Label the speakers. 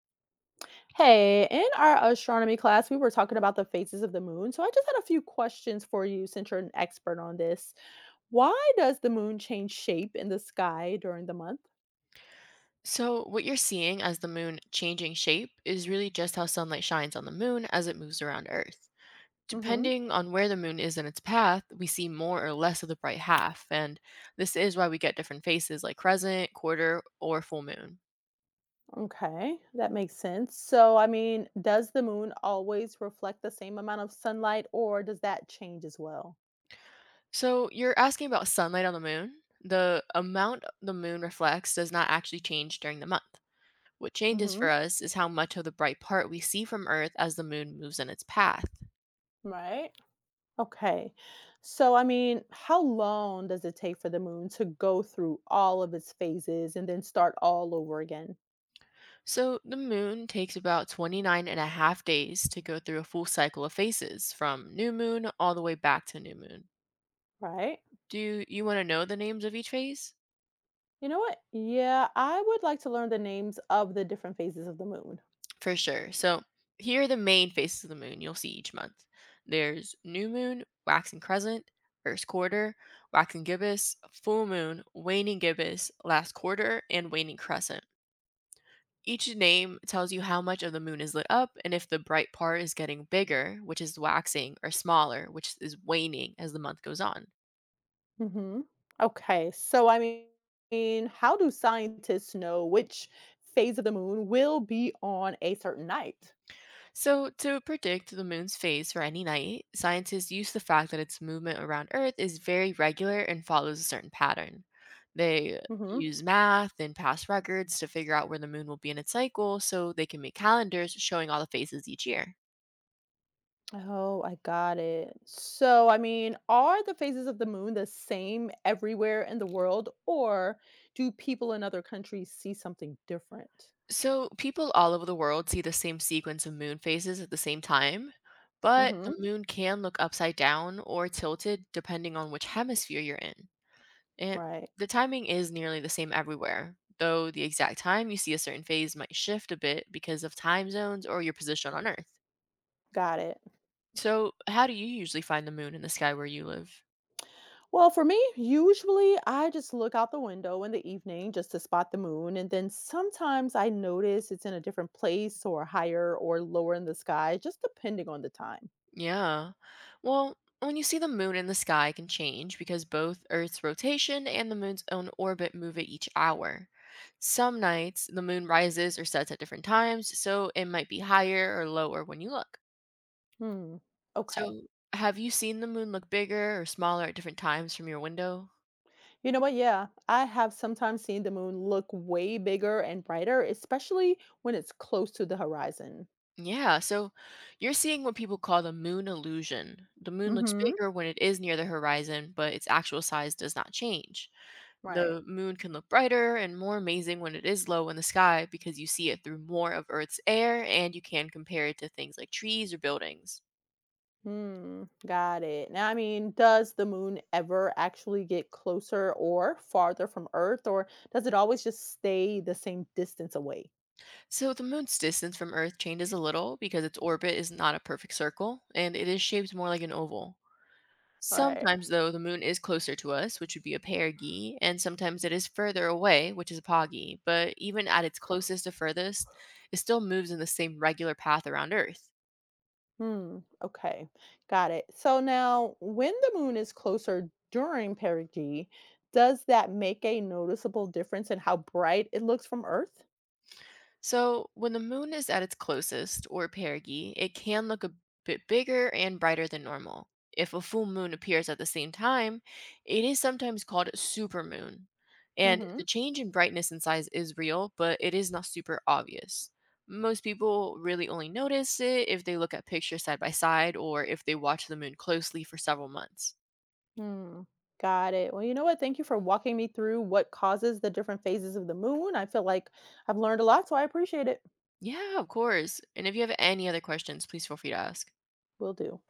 Speaker 1: Hey, in our astronomy class, we were talking about the phases of the moon. So I just had a few questions for you since you're an expert on this. Why does the moon change shape in the sky during the month?
Speaker 2: So, what you're seeing as the moon changing shape is really just how sunlight shines on the moon as it moves around Earth.
Speaker 1: Hmm.
Speaker 2: Depending on where the moon is in its path, we see more or less of the bright half, and this is why we get different phases like crescent, quarter, or full moon.
Speaker 1: Okay, that makes sense. So, I mean, does the moon always reflect the same amount of sunlight or does that change as well?
Speaker 2: So, you're asking about sunlight on the moon? The amount the moon reflects does not actually change during the month. What changes for
Speaker 1: Hmm.
Speaker 2: us is how much of the bright part we see from Earth as the moon moves in its path.
Speaker 1: Right. Okay. So, I mean, how long does it take for the moon to go through all of its phases and then start all over again?
Speaker 2: So, the moon takes about 29 and a half days to go through a full cycle of phases from new moon all the way back to new moon.
Speaker 1: Right.
Speaker 2: Do you want to know the names of each phase?
Speaker 1: You know what? Yeah, I would like to learn the names of the different phases of the moon.
Speaker 2: For sure. So, here are the main phases of the moon you'll see each month, there's new moon, waxing crescent, first quarter, waxing gibbous, full moon, waning gibbous, last quarter, and waning crescent. Each name tells you how much of the moon is lit up and if the bright part is getting bigger, which is waxing, or smaller, which is waning as the month goes on.
Speaker 1: Hmm. Okay, so I mean, how do scientists know which phase of the moon will be on a certain night?
Speaker 2: So, to predict the moon's phase for any night, scientists use the fact that its movement around Earth is very regular and follows a certain pattern. They
Speaker 1: Hmm.
Speaker 2: use math and past records to figure out where the moon will be in its cycle so they can make calendars showing all the phases each year.
Speaker 1: Oh, I got it. So, I mean, are the phases of the moon the same everywhere in the world, or do people in other countries see something different?
Speaker 2: So people all over the world see the same sequence of moon phases at the same time, but the
Speaker 1: Hmm.
Speaker 2: moon can look upside down or tilted depending on which hemisphere you're in. And
Speaker 1: Right,
Speaker 2: the timing is nearly the same everywhere, though the exact time you see a certain phase might shift a bit because of time zones or your position on Earth.
Speaker 1: got it.
Speaker 2: So, how do you usually find the moon in the sky where you live?
Speaker 1: Well, for me, usually I just look out the window in the evening just to spot the moon. And then sometimes I notice it's in a different place or higher or lower in the sky, just depending on the time.
Speaker 2: Yeah. Well, when you see the moon in the sky it can change because both Earth's rotation and the moon's own orbit move at each hour. Some nights the moon rises or sets at different times, so it might be higher or lower when you look.
Speaker 1: Hmm. Okay.
Speaker 2: So, have you seen the moon look bigger or smaller at different times from your window?
Speaker 1: You know what? Yeah, I have sometimes seen the moon look way bigger and brighter, especially when it's close to the horizon.
Speaker 2: Yeah, so you're seeing what people call the moon illusion. The moon
Speaker 1: Mm
Speaker 2: looks
Speaker 1: hmm.
Speaker 2: bigger when it is near the horizon, but its actual size does not change.
Speaker 1: Right.
Speaker 2: The moon can look brighter and more amazing when it is low in the sky because you see it through more of Earth's air and you can compare it to things like trees or buildings.
Speaker 1: Hmm, got it. Now, I mean, does the moon ever actually get closer or farther from Earth, or does it always just stay the same distance away?
Speaker 2: So, the moon's distance from Earth changes a little because its orbit is not a perfect circle and it is shaped more like an oval.
Speaker 1: Right.
Speaker 2: Sometimes, though, the moon is closer to us, which would be a perigee, and sometimes it is further away, which is a apogee. But even at its closest to furthest, it still moves in the same regular path around Earth.
Speaker 1: Hmm, okay, got it. So now, when the moon is closer during perigee, does that make a noticeable difference in how bright it looks from Earth?
Speaker 2: So, when the moon is at its closest, or perigee, it can look a bit bigger and brighter than normal. If a full moon appears at the same time, it is sometimes called a supermoon. And
Speaker 1: Hmm.
Speaker 2: the change in brightness and size is real, but it is not super obvious. Most people really only notice it if they look at pictures side by side or if they watch the moon closely for several months.
Speaker 1: Hmm. Got it. Well, you know what? Thank you for walking me through what causes the different phases of the moon. I feel like I've learned a lot, so I appreciate it.
Speaker 2: Yeah, of course. And if you have any other questions, please feel free to ask.
Speaker 1: Will do.